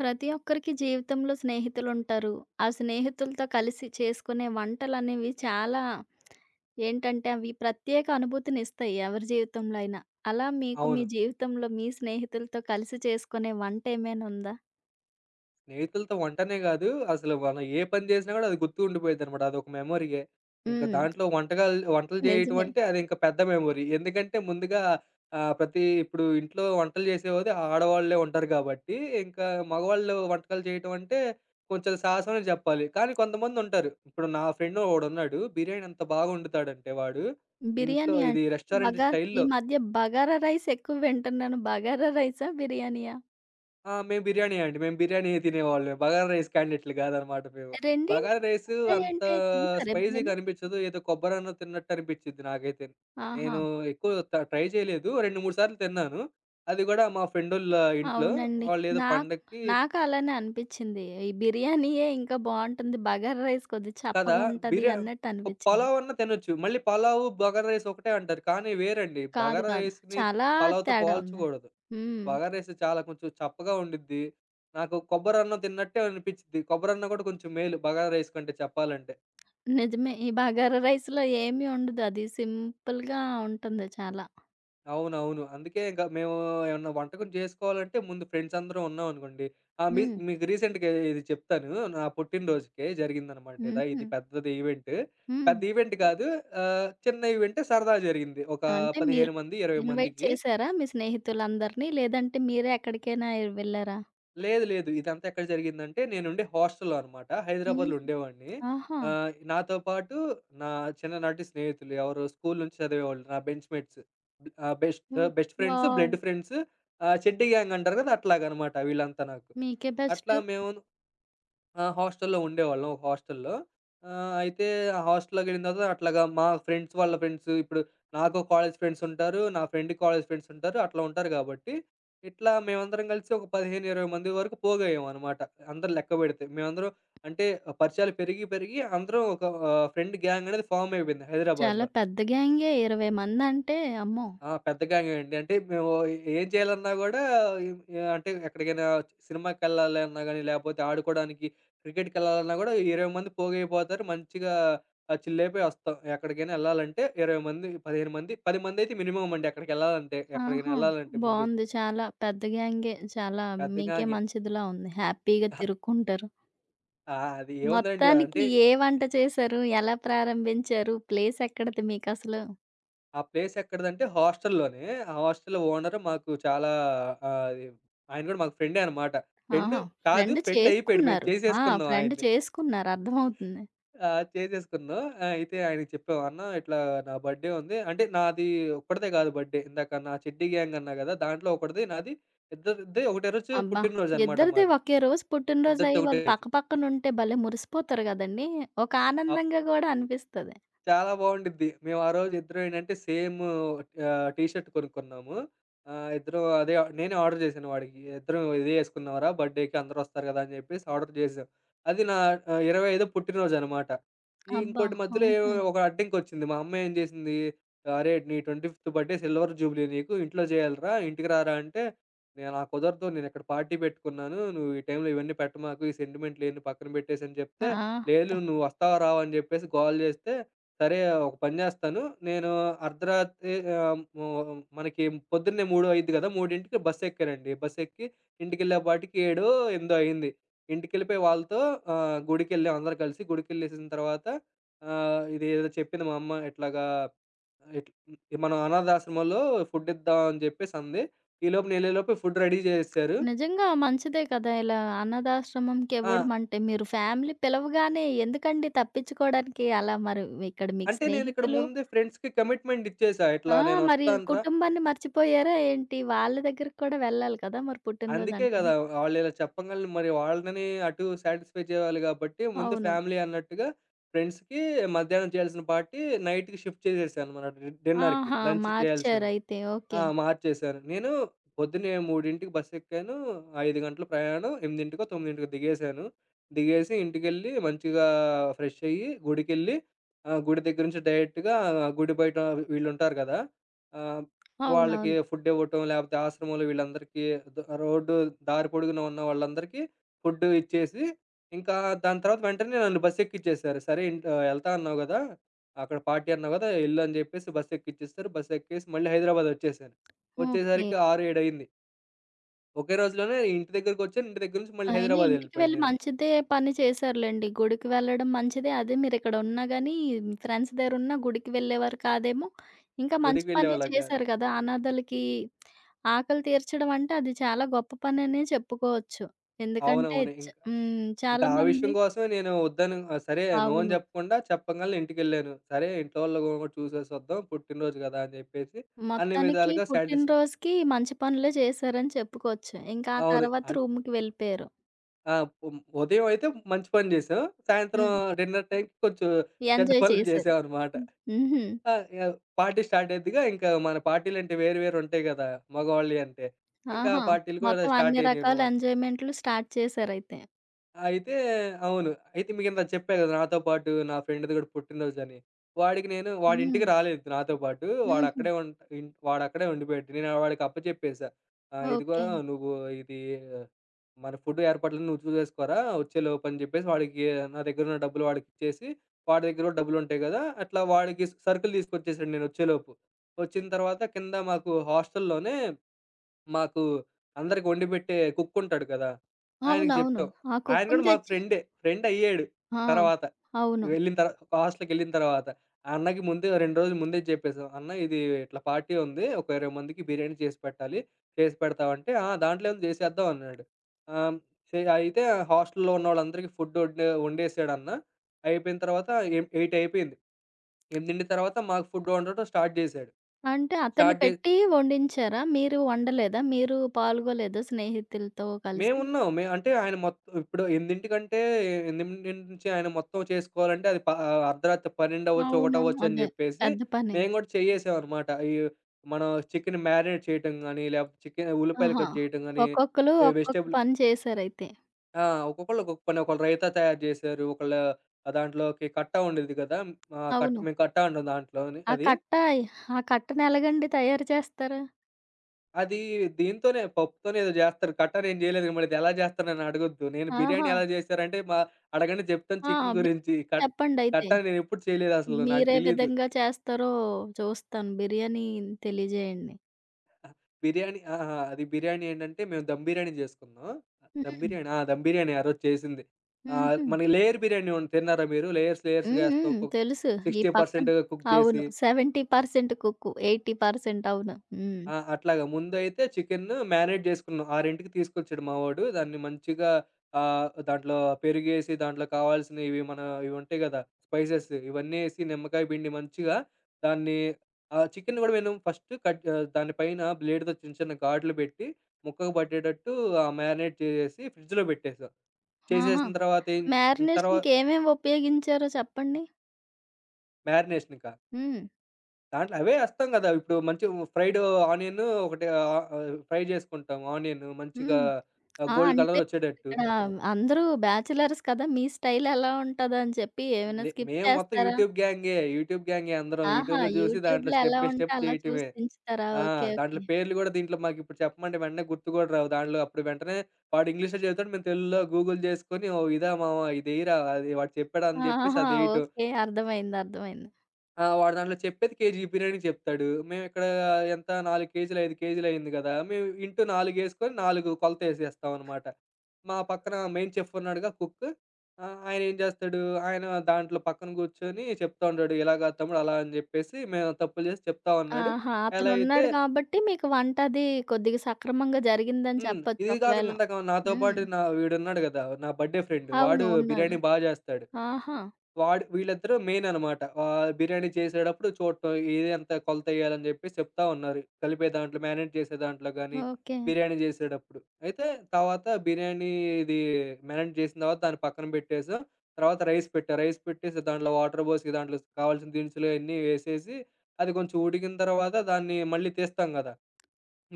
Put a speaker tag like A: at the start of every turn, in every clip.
A: ప్రతి ఒక్కరికి జీవితంలో స్నేహితులుంటారు. ఆ స్నేహితులతో కలిసి చేసుకునే వంటలనేవి చాలా ఏంటంటే, అవి ప్రత్యేక అనుభూతినిస్తాయి ఎవరి జీవితంలో అయినా. అలా మీకు మీ
B: అవును.
A: జీవితంలో మీ స్నేహితులతో కలిసి చేసుకునే వంట ఏమైనా ఉందా?
B: స్నేహితులతో వంటనే గాదు. అసలు మనం ఏ పని జేసినా గూడా అది గుర్తు ఉండిపోయిద్దనమాట. అదొక మెమోరీయే. ఇంక
A: హ్మ్.
B: దాంట్లో వంటలు జేయటం
A: నిజమే.
B: అంటే అదింక పెద్ద మెమోరీ. ఎందుకంటే ముందుగా ప్రతి ఇప్పుడు ఇంట్లో వంటలు జేసేవారు ఆడవాళ్ళే ఉంటారు గాబట్టి, ఇంకా మగవాళ్ళు వంటకాలు చేయటం అంటే కొంచెం సాహసమనే జెప్పాలి. కానీ కొంతమందుంటారు. ఇప్పుడు నా ఫ్రెండ్ ఒకడున్నాడు. బిర్యానీ ఎంత బాగా వండుతాడంటే వాడు, ఇంట్లో
A: బిర్యానీ అం
B: ఇది రెస్టారెంట్
A: బగా ఈ
B: స్టైల్‌లో.
A: మధ్య బగారా రైస్ ఎక్కువ వింటున్నాను. బగారా రైసా? బిర్యానీయా?
B: ఆ! మేము బిర్యానీయే అండి. మేము బిర్యానీయే తినేవాళ్ళం. బగారా రైస్ క్యాండిడేట్‌లు గాదనమాట మేము. బగారా
A: రెండింటికి
B: రైసు
A: తేడా
B: అంత
A: ఏంటి చూసారా
B: స్పైసీగా
A: ఎప్పుడైనా?
B: అనిపించదు. ఏదో కొబ్బరన్నం తిన్నట్టు అనిపించిద్ది నాకైతే.
A: ఆహా!
B: నేను ఎక్కువ ట్రై చేయలేదు. 2, 3 సార్లు తిన్నాను. అది గూడా మా ఫ్రెండోళ్ళ ఇంట్లో.
A: అవునండి.
B: వాళ్ళేదో
A: నాకు
B: పండక్కి
A: నాకు అలానే అనిపిచ్చింది. ఈ బిర్యానీయే ఇంకా బావుంటుంది. బగారా రైస్ కొద్దిగా
B: కదా!
A: చప్పగుంటది
B: బిర్యా
A: అన్నట్టు అనిపిచ్చింది.
B: పలావ్ అన్నా తినొచ్చు. మళ్ళీ పలావు, బగారా రైస్ ఒకటే అంటారు. కానీ వేరండి.
A: కాదు,
B: బగారా
A: కాదు.
B: రైస్‌ని
A: చాలా
B: పలావ్‌తో
A: తేడా ఉంది.
B: పోల్చకూడదు.
A: హ్మ్.
B: బగారా రైస్ చాలా కొంచెం చప్పగా ఉండిద్ది. నాకు కొబ్బరన్నం తిన్నట్టే అనిపిచ్చిద్ది. కొబ్బరన్నం కూడా కొంచెం మేలు బగారా రైస్ కంటే చెప్పాలంటే.
A: నిజమే. ఈ బగారా రైస్‌లో ఏమీ ఉండదు. అది సింపుల్‌గా ఉంటుంది చాలా.
B: అవునవును. అందుకే ఇంక మేము ఏమన్నా వంటకం చేసుకోవాలంటే ముందు ఫ్రెండ్స్ అందరం ఉన్నామనుకోండి.
A: హ్మ్.
B: మీకు రీసెంట్‌గా ఇది చెప్తాను. నా పుట్టినరోజుకే జరిగిందనమాట ఇదా.
A: హుహు.
B: ఇది పెద్దది ఈవెంట్.
A: హ్మ్.
B: పెద్ద ఈవెంట్ కాదు. చిన్న ఈవెంటే సరదా జరిగింది. ఒక
A: అంటే మీరు
B: 15 మంది, 20
A: ఇన్వైట్
B: మందికి.
A: చేసారా మీ స్నేహితులందరిని? లేదంటే మీరే ఎక్కడికైనా వెళ్ళారా?
B: లేదు. లేదు. ఇదంతా ఎక్కడ జరిగిందంటే నేనుండే హాస్టల్‌లో అనమాట.
A: హ్మ్.
B: హైదరాబాద్‌లో ఉండేవాడిని.
A: ఆహా!
B: నాతో పాటు నా చిన్ననాటి స్నేహితులు ఎవరు స్కూల్ నుంచి చదివేవాళ్ళు నా బెంచ్ మేట్స్. ఆహ్, బెస్ట్
A: హ్మ్.
B: Best friends,
A: wow!
B: Blood friends, చెడ్డీ గ్యాంగ్ అంటారు కదా! అట్లాగనమాట వీళ్ళంతా నాకు.
A: మీకే బెస్ట్.
B: అట్లా మేము ఆ! హాస్టల్‌లో ఉండేవాళ్ళం. ఒక హాస్టల్‌లో. అయితే ఆ హాస్టల్‌లోకి వెళ్ళిన తర్వాత అట్లాగా మా ఫ్రెండ్స్ వాళ్ళ ఫ్రెండ్స్ ఇప్పుడు నాకు కాలేజ్ ఫ్రెండ్స్ ఉంటారు. నా ఫ్రెండ్‌కి కాలేజ్ ఫ్రెండ్స్ ఉంటారు. అట్లా ఉంటారు కాబట్టి, ఇట్లా మేమందరం కలిసి ఒక 15, 20 మంది వరకు పోగయ్యామనమాట. అందరూ లెక్క పెడితే. మేమందరం అంటే పరిచయాలు పెరిగి, పెరిగి అందరం ఒక ఫ్రెండ్ గ్యాంగ్ అనేది ఫార్మ్ అయిపోయింది
A: చాలా
B: హైదరాబాద్‌లో.
A: పెద్ద గ్యాంగే. 20 మందంటే అమ్మో!
B: ఆ! పెద్ద గ్యాంగే అండి. అంటే మేము ఏం చేయాలన్నా గూడా అంటే ఎక్కడికైనా సినిమాకెళ్ళాలి అన్నా గానీ, లేపోతే ఆడుకోడానికి, క్రికెట్‌కెళ్ళాలన్నా గూడా 20 మంది పోగైపోతారు. మంచిగా చిల్లయిపోయి ఒస్తాం. ఎక్కడికైనా ఎళ్ళాలంటే 20 మంది, 15 మంది, 10 మందయితే మినిమమ్ అండి ఎక్కడికెళ్ళాలంటే. ఎక్కడికైనా
A: ఆహా!
B: ఎళ్ళాలంటే ముందు.
A: బావుంది. చాలా పెద్ద గ్యాంగే. చాలా
B: పెద్ద
A: మీకే
B: గ్యాంగే.
A: మంచిదిలా ఉంది. హ్యాపీగా తిరుక్కుంటారు.
B: ఆ! అది ఏముందండి
A: మొత్తానికి
B: అంటే,
A: ఏ వంట చేశారు? ఎలా ప్రారంభించారు? ప్లేసెక్కడిది మీకసలు?
B: ఆ ప్లేస్ ఎక్కడిదంటే హాస్టల్‌లోనే. ఆ హాస్టల్ ఓనరు మాకు చాలా ఆహ్, అది ఆయన గూడా మాకు ఫ్రెండే అనమాట. ఫ్రెండ్
A: ఆహా!
B: కాదు,
A: ఫ్రెండ్
B: ఫ్రెండయిపోయాడు. మేము
A: చేసుకున్నారు. ఆ!
B: చేసేసుకున్నాం
A: ఫ్రెండ్
B: ఆయన్ని.
A: చేసుకున్నారు. అర్థమవుతుంది.
B: ఆ! చేసేసుకున్నాం. ఆ! అయితే ఆయనకి చెప్పాం, "అన్న ఇట్లా నా బర్త్‌డే ఉంది." అంటే నాది ఒక్కడిదే కాదు బర్త్‌డే. ఇందాక నా చెడ్డీ గ్యాంగ్ అన్నా కదా! దాంట్లో ఒకడిది, నాది ఇద్దరిది ఒకటే రోజు
A: అబ్బా!
B: పుట్టినరోజనమాట
A: ఇద్దరిది
B: మాది.
A: ఒకే రోజు
B: ఇద్దరిది
A: పుట్టినరోజయ్యి
B: ఒకటే
A: వాళ్ళు
B: రోజు.
A: పక్కపక్కనుంటే భలే మురిసిపోతారు గదండీ! ఒక
B: ఆ
A: ఆనందంగా గూడా అనిపిస్తది.
B: చాలా బావుండిద్ది. మేము ఆ రోజు ఇద్దరం ఏంటంటే సేమ్ టీ షర్ట్ కొనుక్కున్నాము. ఇద్దరం అదే నేనే ఆర్డర్ చేశాను వాడికి. ఇద్దరం ఇదే ఏసుకుందాంరా బర్త్‌డేకి అందరూ వస్తారు కదా! అని చెప్పేసి ఆర్డర్ చేశాం. అది నా 25వ పుట్టినరోజనమాట. ఈ
A: అబ్బా!
B: ఇంకోటి మధ్యలో ఏవో
A: హుహు.
B: ఒక అడ్డంకొచ్చింది. మా అమ్మ ఏం చేసింది, "అరే! నీ 25వ బర్త్‌డే సిల్వర్ జూబ్లీ నీకు. ఇంట్లో చేయాలిరా, ఇంటికి రారా" అంటే, నాకు కుదరదు. నేను ఇక్కడ పార్టీ పెట్టుకున్నాను. నువ్వు ఈ టైంలో ఇవన్నీ పెట్టమాకు. ఈ సెంటిమెంట్‌లన్నీ పక్కన పెట్టేసి" అని చెప్తే,
A: ఆ!
B: "లేదు నువ్వు వస్తావా? రావా?" అని చెప్పేసి గోల చేస్తే సరే ఒక పని జేస్తాను. నేను అర్ధరాత్రి మనకి పొద్దున్నే 3:00 కదా! 3:00కి బస్సెక్కానండి. బస్సెక్కి ఇంటికెళ్ళేపాటికి 7:00, 8:00 అయింది. ఇంటికెళ్ళిపోయి వాళ్ళతో గుడికెళ్ళాం అందరం కలిసి. గుడికెళ్ళేసిన తర్వాత ఇదేదో చెప్పింది మా అమ్మ ఇట్లాగా ఇట్లా మనం అనాథాశ్రమంలో ఫుడ్ ఇద్దాం అని జెప్పేసి అంది. ఈలోపు నేనెళ్ళేలోపు ఫుడ్ రెడీ జేసేసారు.
A: నిజంగా మంచిదే కదా! ఇలా
B: ఆ!
A: అనాథాశ్రమంకెవ్వడం అంటే, మీరు ఫ్యామిలీ పిలవగానే ఎందుకండి తప్పించుకోవడానికి అలా మరి ఇక్కడ మీకు
B: అంటే నేనిక్కడ
A: స్నేహితులు.
B: ముందే ఫ్రెండ్స్‌కి కమిట్మెంట్ ఇచ్చేసా. ఇట్లా
A: ఆ! మరి
B: నేనొస్తానురా.
A: కుటుంబాన్ని మర్చిపోయారా ఏంటి? వాళ్ళ దగ్గరికి కూడా వెళ్ళాలి కదా! మరి
B: అందుకే
A: పుట్టినరోజంటే.
B: గదా! వాళ్ళిలా చెప్పంగాల్నే మరి వాళ్ళని అటు సాటిస్ఫై చేయాలి గాబట్టి, ముందు
A: అవును.
B: ఫ్యామిలీ అన్నట్టుగా ఫ్రెండ్స్‌కి మధ్యాహ్నం చేయాల్సిన పార్టీ నైట్‌కి షిఫ్ట్ చేసేసాననమాట. డిన్నర్‌కి
A: ఆహా!
B: లంచ్ చేయాల్సింది.
A: మార్చారయితే.
B: ఆ!
A: ఓకే.
B: మార్చేశాను. నేను పొద్దున్నే 3:00కి బస్సెక్కాను. 5 గంటల ప్రయాణం. 8కో, 9కో దిగేశాను. దిగేసి ఇంటికెళ్ళి మంచిగా ఫ్రెష్ అయ్యి, గుడికెళ్ళి గుడి దగ్గర నుంచి డైరెక్ట్‌గా గుడి బయట వీళ్ళుంటారు గదా! ఆహ్, వాళ్ళకి
A: అవునవును.
B: ఫుడ్ ఇవ్వటం, లేపోతే ఆశ్రమంలో వీళ్ళందరికీ రోడ్డు దారి పొడుగున ఉన్న వాళ్ళందరికీ ఫుడ్ ఇచ్చేసి, ఇంకా దాని తర్వాత వెంటనే నన్ను బస్సెక్కిచ్చేశారు. సరే "ఎళ్తా అన్నావు గదా! అక్కడ పార్టీ అన్నావు గదా! ఎళ్ళు అని జెప్పేసి బస్ ఎక్కిచ్చేసారు. బస్ ఎక్కేసి మళ్ళీ హైదరాబాద్ వచ్చేసాను.
A: ఓకే.
B: వచ్చేసరికి 6, 7 అయింది. ఒకే రోజులోనే ఇంటి దగ్గరికొచ్చాను. ఇంటి దగ్గర నుంచి మళ్ళీ
A: అయినా
B: హైదరాబాద్
A: ఇంటికి
B: ఎళ్ళిపోయాను
A: వెళ్లి
B: నేను.
A: మంచిదే పని చేశారులెండి. గుడికి వెళ్ళడం మంచిదే. అదే మీరిక్కడ ఉన్నా గాని, ఫ్రెండ్స్ దగ్గరున్నా గుడికి వెళ్ళేవారు కాదేమో. ఇంకా మంచి
B: గుడికి
A: పనే
B: వెళ్ళేవాళ్ళం కాదు.
A: చేశారు కదా! అనాథలకి ఆకలి తీర్చడం అంటే అది చాలా గొప్ప పననే చెప్పుకోవచ్చు. ఎందుకంటే
B: అవునవును. ఇంకా
A: హ్మ్.
B: ఇంకా ఆ
A: చాలామంది.
B: విషయం కోసమే నేను వద్దని సరే నో అని
A: అవును.
B: చెప్పకుండా చెప్పంగాల్నే ఇంటికెళ్ళాను. సరే ఇంట్లో వాళ్ళని గూడా చూసేసి వద్దాం. పుట్టినరోజు గదా! అని జెప్పేసి అన్ని
A: మొత్తానికి
B: విధాలుగా సాటిస్ఫై.
A: పుట్టినరోజుకి మంచి పనులే చేశారని చెప్పుకోవచ్చు. ఇంకా ఆ
B: అవును.
A: తర్వాత
B: అంటే
A: రూమ్‌కి వెళ్ళిపోయారు.
B: ఆ! ఉదయం అయితే మంచి పని జేసాం. సాయంత్రం
A: హ్మ్.
B: డిన్నర్ టైంకి కొంచెం చెడ్డ
A: ఎంజాయ్
B: పనులు
A: చేశారు.
B: జేసామన్నమాట.
A: హ్మ్. హుహు.
B: ఆ! యావ్ పార్టీ స్టార్ట్ అయిద్దిగా. ఇంకా మన పార్టీలంటే వేరు వేరు ఉంటాయి గదా! మగవాళ్ళయి అంటే. ఇంకా ఆ
A: ఆహా!
B: పార్టీలు కూడా
A: మొత్తం
B: స్టార్ట్
A: అన్ని రకాల
B: అయినాయనమాట.
A: ఎంజాయ్‌మెంట్లు స్టార్ట్ చేశారయితే.
B: అయితే అవును. అయితే మీకిందాక చెప్పా గదా! నాతో పాటు నా ఫ్రెండ్‌ది గూడా పుట్టినరోజని. వాడికి నేను
A: హ్మ్.
B: వాడింటికి రాలేదు నాతో పాటు.
A: హుహు.
B: వాడక్కడే ఉంట్ ఇన్ వాడక్కడే ఉండిపోయాడు. నేను వాడికి అప్పచెప్పేసా.
A: ఓకే.
B: ఇదిగోరా నువ్వు ఇది ఆ, మన ఫుడ్ ఏర్పాట్లన్నీ నువ్వు చూసేసుకోరా వచ్చేలోపు అని జెప్పేసి వాడికి నా దగ్గరున్న డబ్బులు వాడికిచ్చేసి, వాడి దగ్గర గూడా డబ్బులుంటాయి గదా! అట్లా వాడికి సరుకులు తీసుకొచ్చేసాను నేనొచ్చేలోపు. వచ్చిన తర్వాత కింద మాకు హాస్టల్‌లోనే మాకు అందరికి వండి పెట్టే కుక్ ఉంటాడు కదా! ఆయనకి
A: అవునవును.
B: జెప్పాం.
A: ఆ
B: ఆయన
A: కుక్కుని
B: గూడా మాకు
A: తెచ్చి.
B: ఫ్రెండే. ఫ్రెండ్ అయ్యాడు
A: ఆ!
B: తర్వాత.
A: అవును.
B: వెళ్ళిన తర్ హాస్టల్‌కెళ్ళిన తర్వాత. ఆ అన్నకి ముందే 2 రోజులు ముందే జెప్పేసాం. అన్న ఇది ఇట్లా పార్టీ ఉంది. ఒక 20 మందికి బిర్యానీ చేసి పెట్టాలి. చేసి పెడతావా అంటే, "ఆ! దాంట్లో ఏముంది చేసేద్దాం" అన్నాడు. ఆహ్, సే అయితే హాస్టల్‌లో ఉన్నోళ్ళందరికీ ఫుడ్ వండేసాడు అన్న. అయిపోయిన తర్వాత 8 అయిపోయింది. 8 తర్వాత మాకు ఫుడ్ వండటం స్టార్ట్ జేశాడు.
A: అంటే అతన్ని
B: స్టార్ట్ జే
A: పెట్టి వండించారా? మీరు వండలేదా? మీరు పాల్గొలేదా స్నేహితులతో కలిసి?
B: మేమున్నాం. అంటే ఆయన మొత్తం ఇప్పుడు 8:00 ఎనిమిదింటి నుంచి ఆయన మొత్తం చేసుకోవాలంటే అది అర్ధరాత్రి 12 అవ్వచ్చు, 1
A: అవును.
B: అవ్వచ్చు అని
A: అదే.
B: జెప్పేసి
A: పెద్ద పని.
B: మేము గూడా చేయ్యేసామనమాట. ఈ మనం చికెన్ మ్యారినేట్ చేయటం గానీ, లేకపోతే చికెన్ ఉల్లిపాయలు
A: ఆహా!
B: కట్ జేయటం గానీ,
A: ఒక్కొక్కలు
B: ఈ
A: ఒక్కొక్క
B: వెజిటబుల్
A: పని చేశారయితే.
B: ఆ! ఒక్కొక్కళ్ళు ఒక్కొక్క పని. ఒకళ్ళు రైతా తయారు జేశారు. ఒకళ్ళు దాంట్లోకి కట్టా ఉండేది గదా! ఆ కట్ట
A: అవును.
B: మేము కట్టా అంటాం దాంట్లోని
A: ఆ
B: అది.
A: కట్ట ఆ కట్టనెలాగండి తయారు చేస్తారు?
B: అది దీంతోనే పప్పుతోనే ఏదో జేస్తారు. కట్టా నేను జేయలేదు మరి ఇది ఎలా జేస్తారు నన్ను అడగొద్దు. నేను బిర్యానీ
A: ఆహా!
B: ఎలా జేశారంటే మా అడగండి చెప్తాను
A: ఆ!
B: చికెన్
A: బియ్యం
B: గురించి.
A: చెప్పండయితే.
B: కట్టా నేనెప్పుడు చేయలేదసలు. నాకు
A: మీరే
B: తెలీదు.
A: విధంగా చేస్తారో చూస్తాను. బిర్యానీ తెలియజేయండి.
B: బిర్యానీ అహా! అది బిర్యానీ ఏంటంటే మేము దమ్ బిర్యానీ జేసుకున్నాం. దమ్
A: హ్మ్.
B: బిర్యానీ. ఆ! దమ్ బిర్యానీ ఆ రోజు చేసింది.
A: హుహు.
B: మనకి లేయర్ బిర్యానీ తిన్నారా మీరు? లేయర్స్‌గా
A: హ్మ్.
B: ఏస్తాం.
A: హ్మ్. తెలుసు. ఈ పక్కన
B: 60% కుక్ జేసి
A: అవును. 70% కుక్కు. 80% అవును. హ్మ్.
B: ఆ! అట్లాగా ముందైతే చికెన్ మారినేట్ జేసుకున్నాం. 6కి తీసుకొచ్చాడు మావోడు. దాన్ని మంచిగా దాంట్లో పెరుగేసి, దాంట్లో కావాల్సినవి మన ఇవి ఉంటాయి గదా! స్పైసెస్ ఇవన్నీ ఏసి నిమ్మకాయ పిండి మంచిగా దాన్ని. ఆ చికెన్ గూడా మేము ఫస్ట్ దాని పైన బ్లేడ్‌తో చిన్న చిన్న ఘాట్లు పెట్టి ముక్కకు పట్టేటట్టు ఆ మారినేట్ చేసేసి ఫ్రిడ్జ్‌లో పెట్టేసాం.
A: ఆహా!
B: చేసేసిన తర్వాత ఏం తర్వా
A: మ్యారినేషన్‌కి ఏమేమి ఉపయోగించారో చెప్పండి?
B: మారినేషన్ ఇక.
A: హ్మ్.
B: దాంట్లో అవే ఏస్తాం గదా! ఇప్పుడు మంచి ఫ్రైడ్ ఆనియన్ ఒకటి ఆహ్, ఆహ్, ఫ్రై జేసుకుంటాం ఆనియన్ మంచిగా
A: హ్మ్. ఆ!
B: గోల్డ్
A: అంటే
B: కలర్ ఒచ్చేటట్టు.
A: ఇక్కడ అందరూ బ్యాచిలర్స్ కదా! మీ స్టైల్ ఎలా ఉంటదా అని చెప్పి ఏమైనా స్కిప్
B: మేము మొత్తం
A: చేస్తారా?
B: యూట్యూబ్ గ్యాంగే. యూట్యూబ్ గ్యాంగే అందరం.
A: ఆహా!
B: యూట్యూబ్‌లో జూసి దాంట్లో
A: యూట్యూబ్‌లో
B: స్టెప్
A: ఎలా
B: బై
A: ఉంటే
B: స్టెప్
A: అలా
B: చేయటమే.
A: చూసి పెంచుతారా?
B: ఆ!
A: ఓకే.
B: దాంట్లో
A: ఓకే.
B: పేర్లు గూడా దీంట్లో మాకిప్పుడు చెప్పమంటే వెంటనే గుర్తు గూడా రావు. దాంట్లో అప్పుడు వెంటనే వాడు ఇంగ్లీష్‌లో చెబుతాడు. మేము తెలుగులో గూగుల్ జేసుకొని ఓహ్! ఇదా మావ ఇదెయ్యిరా అది వాడు చెప్పాడు అని జెప్పేసి
A: ఆహా!
B: అదెయటం.
A: ఓకే. అర్థమైంది. అర్థమైంది.
B: ఆ! వాడు దాంట్లో చెప్పేది కేజీ బిర్యానీ చెప్తాడు. మేమిక్కడ ఎంత 4 కేజీలు, 5 కేజీలు అయింది గదా! మేము ఇంటూ 4 ఏసుకొని 4 కొలతేసేస్తాం అనమాట. మా పక్కన మెయిన్ చెఫ్ ఉన్నాడుగా కుక్. ఆయన ఏం జేస్తాడు, ఆయన దాంట్లో పక్కన గూర్చొని చెప్తా ఉంటాడు. ఇలా గాదు తమ్ముడు అలా అని జెప్పేసి మేము తప్పులు జేసి చెప్తా ఉన్నాడు.
A: ఆహా!
B: ఎలా అయితే
A: అతనున్నాడు కాబట్టి మీకు వంటది కొద్దిగా సక్రమంగా జరిగిందని
B: హ్మ్.
A: చెప్పొచ్చు
B: ఇది
A: ఒకవేళ.
B: గాకుండా ఇందాక నాతో
A: హ్మ్.
B: పాటు నా వీడున్నాడు గదా! నా బర్డే ఫ్రెండ్. వాడు
A: అవును. ఉన్నాడు.
B: బిర్యానీ బా జేస్తాడు.
A: ఆహా!
B: వాడు వీళ్ళిద్దరూ మెయిన్ అనమాట. బిర్యానీ చేసేటప్పుడు చూడటం ఏది ఎంత కొలతేయాలని చెప్పేసి చెప్తా ఉన్నారు. కలిపే దాంట్లో, మారినేట్ చేసే దాంట్లో గానీ,
A: ఓకే.
B: బిర్యానీ చేసేటప్పుడు. అయితే తర్వాత బిర్యానీ ఇది మారినేట్ చేసిన తర్వాత దాన్ని పక్కన పెట్టేసాం. తర్వాత రైస్ పెట్టా. రైస్ పెట్టేసి దాంట్లో వాటర్ పోసి దాంట్లో కావాల్సిన దినుసులు అయన్నీ వేసేసి, అది కొంచెం ఉడికిన తర్వాత దాన్ని మళ్ళీ తీస్తాం గదా!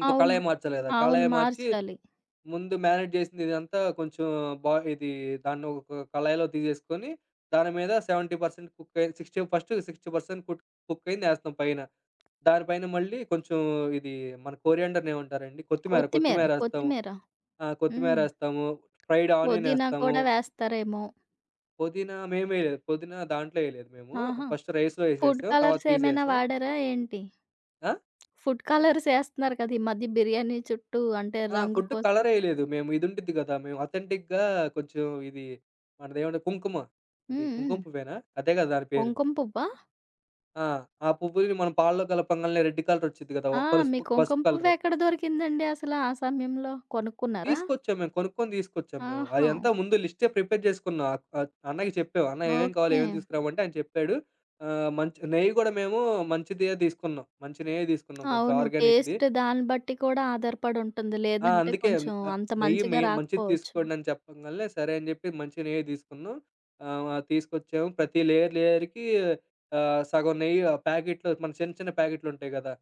B: ఇంకో
A: అవును.
B: కళాయి మార్చాలి గదా!
A: అవును.
B: కళాయి మార్చి
A: మార్చాలి.
B: ముందు మ్యారినేట్ చేసింది ఇదంతా కొంచెం బా ఇది దాన్ని ఒక కళాయిలో తీసేసుకొని, దాని మీద 70% కుక్ అయి 60% కుట్ కుక్ కుక్ అయింది ఏస్తాం పైన. దానిపైన మళ్ళీ కొంచెం ఇది మన కోరియాండర్‌ని ఏమంటారండి?
A: కొత్తిమీర,
B: కొత్తిమీరేస్తాము.
A: కొత్తిమీర.
B: ఆ!
A: హ్మ్.
B: కొత్తిమీరేస్తాము. ఫ్రైడ్ ఆనియన్
A: పుదీనా
B: ఏస్తాము.
A: కూడా వేస్తారేమో.
B: పుదీనా మేమేయలేదు. పుదీనా దాంట్లో ఏయలేదు మేము.
A: ఆహా!
B: ఫస్ట్ రైస్‌లో
A: ఫుడ్
B: ఏసేసాం. తర్వాత
A: కలర్స్ ఏమైనా
B: తీసేసాం.
A: వాడారా ఏంటి?
B: ఆ!
A: ఫుడ్ కలర్స్ ఏస్తున్నారు కదా! ఈ మధ్య బిర్యానీ చుట్టూ అంటే
B: ఆ!
A: రంగు
B: ఫుడ్
A: కోసం.
B: కలరేయలేదు. మేము ఇదుండిద్ది గదా! మేము అథెంటిక్‌గా కొంచెం ఇది మనదేమంటే కుంకుమ. అది
A: హ్మ్.
B: కుంకుమ
A: హ్మ్.
B: పువ్వేనా? అదే గదా! దాని పేరు.
A: కుంకుమ పువ్వా?
B: ఆ! ఆ పువ్వుని మనం పాలలో కలపంగాల్నే రెడ్ కలరొచ్చిద్ది గదా!
A: ఆ! మీ కుంకుమ
B: పసుపు కలరు.
A: పువ్వెక్కడ దొరికిందండి అసల ఆ సమయంలో? కొనుక్కున్నారా?
B: తీసుకొచ్చాం మేము. కొనుక్కొని తీసుకొచ్చాం మేము.
A: ఆహా!
B: అదంతా ముందు లిస్టే ప్రిపేర్ చేసుకున్నాం. ఆహ్, ఆహ్, అన్నకి చెప్పాం. "అన్న ఏమేం కావాలి?
A: ఓకే.
B: ఏమేం తీసుకురామంటే" ఆయన చెప్పాడు. మంచి నెయ్యి గూడా మేము మంచిదే తీసుకున్నాం. మంచి నెయ్యే తీసుకున్నాం. కొంచెం
A: అవును.
B: ఆర్గానిక్‌ది.
A: టేస్ట్ దాన్ని బట్టి కూడా ఆధారపడి ఉంటుంది.
B: ఆ!
A: లేదంటే
B: అందుకే
A: కొంచెం అంత
B: నెయ్యి మె
A: మంచిగా
B: మంచిది
A: రాకపోవచ్చు.
B: తీసుకోండి అని చెప్పంగాల్నే, సరే అని చెప్పి మంచి నెయ్యే తీసుకున్నాం. తీసుకొచ్చాము. ప్రతి లేయర్ లేయర్‌కి సగం నెయ్యి ఆ ప్యాకెట్‌లో మన చిన్న చిన్న ప్యాకెట్‌లుంటాయి కదా!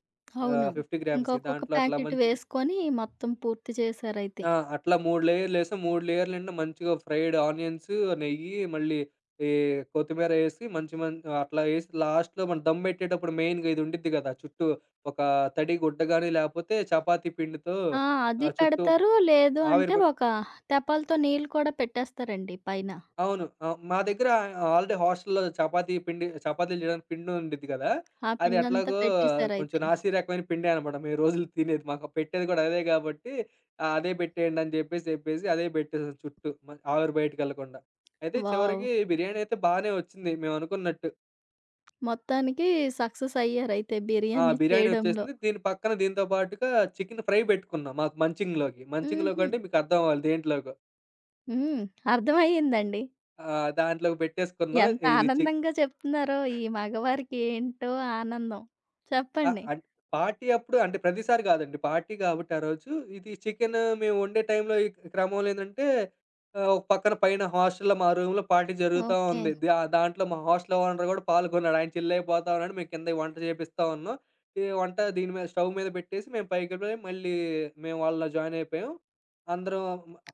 A: అవును.
B: 50 గ్రామ్స్‌యి
A: ఇంకొక్కొక్క
B: దాంట్లో అట్లా
A: ప్యాకెట్
B: మంచి.
A: వేసుకొని మొత్తం పూర్తి చేశారైతే.
B: ఆ! అట్లా 3 లేయర్‌లేసాం. 3 లేయర్‌ల నిండా మంచిగా ఫ్రైడ్ ఆనియన్స్, నెయ్యి మళ్ళీ ఈ కొత్తిమీర ఏసి మంచి మం అట్లా ఏసి లాస్ట్‌లో మనం దమ్ పెట్టేటప్పుడు మెయిన్‌గా ఇది ఉండిద్ది కదా! చుట్టూ ఒక తడి గుడ్డ గాని, లేపోతే చపాతీ పిండితో
A: ఆ! అది
B: చుట్టూ
A: పెడతారు. లేదు
B: ఆవిరి
A: అంటే
B: ప
A: ఒక తెపాలతో నీళ్ళు కూడా పెట్టేస్తారండి పైన.
B: అవును. మా దగ్గర ఆల్రెడీ హాస్టల్‌లో చపాతీ పిండి చపాతీలు చేయడానికి పిండి ఉండిద్ది కదా!
A: ఆ
B: అది
A: పిండంతా
B: ఎట్లాగో కొంచెం
A: పెట్టేసారయితే.
B: నాసీ రకమైన పిండే అనమాట. మేము రోజులు తినేది. మాకు పెట్టేది కూడా అదే కాబట్టి అదే పెట్టేయండి అని చెప్పేసి అదే పెట్టేసాం చుట్టూ. ఆవిరి బయటికెళ్ళకుండా. అయితే
A: వావ్!
B: చివరికి బిర్యానీ అయితే బానే వచ్చింది మేమనుకున్నట్టు.
A: మొత్తానికి సక్సెస్ అయ్యారయితే
B: ఆ!
A: బిర్యానీ
B: బిర్యానీ
A: చేయడంలో.
B: వచ్చేసింది. దీని పక్కన దీంతో పాటుగా చికెన్ ఫ్రై పెట్టుకున్నాం. మాకు మంచింగ్‌లోకి. మంచింగ్‌లోకి
A: హుహు.
B: అంటే మీకు అర్థం అవ్వాలి దేంట్లోకో.
A: హ్మ్. అర్థమయ్యిందండి.
B: దాంట్లోకి పెట్టేసుకున్నాం.
A: ఎంత
B: ఇది చి
A: ఆనందంగా చెప్తున్నారో ఈ మగవారికి ఏంటో ఆనందం.
B: ఆ!
A: చెప్పండి.
B: పార్టీ అప్పుడు అంటే ప్రతిసారి కాదండి. పార్టీ కాబట్టి ఆ రోజు ఇది చికెను మేము వండే టైంలో ఈ క్రమంలో ఏందంటే ఒక పక్కన పైన హాస్టల్‌లో మా రూమ్‌లో పార్టీ జరుగుతా
A: ఓకే.
B: ఉంది. దాంట్లో మా హాస్టల్ ఓనర్ కూడా పాల్గొన్నాడు. ఆయన చిల్లయిపోతా ఉన్నాడు. మేము కింద వంట చేపిస్తా ఉన్నాం. ఈ వంట దీని మీద స్టవ్ మీద పెట్టేసి మేము పైకెళ్ళిపోయి మళ్ళీ మేము వాళ్ళలో జాయిన్ అయిపోయాం. అందరం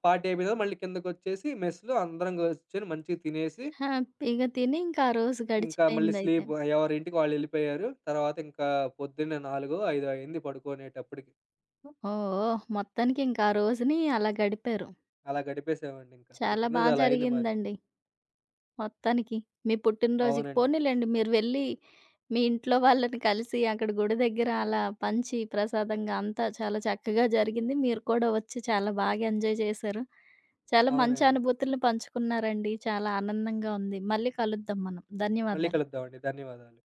B: పార్టీ అయిపోయిన తర్వాత మళ్ళీ కిందకొచ్చేసి మెస్‌లో అందరం కూర్చొని మంచిగా తినేసి
A: హ్యాపీగా తిని ఇంకా ఆ రోజు
B: ఇంకా మళ్ళీ
A: గడిచిపోయిందయితే.
B: స్లీప్ ఎవరింటికి వాళ్ళెళ్ళిపోయారు. తర్వాత ఇంకా పొద్దున్నే 4, 5 అయింది పడుకునేటప్పటికి.
A: ఓహ్! మొత్తానికి ఇంకా ఆ రోజుని అలా గడిపారు.
B: అలా గడిపేసామండి ఇంకా.
A: చాలా బా
B: పుట్టినరోజు అలా అయింది మాది.
A: జరిగిందండి. మొత్తానికి. మీ పుట్టినరోజుకి
B: అవునండి.
A: పోనీలెండి మీరు వెళ్ళి, మీ ఇంట్లో వాళ్ళని కలిసి అక్కడ గుడి దగ్గర అలా పంచి ప్రసాదంగా అంతా చాలా చక్కగా జరిగింది. మీరు కూడా వచ్చి చాలా బాగా ఎంజాయ్ చేశారు. చాలా మంచి
B: అవునండి.
A: అనుభూతులను పంచుకున్నారండి. చాలా ఆనందంగా ఉంది. మళ్ళీ కలుద్దాం మనం.
B: మళ్ళీ
A: ధన్యవాదాలు.
B: కలుద్దామండి. ధన్యవాదాలు.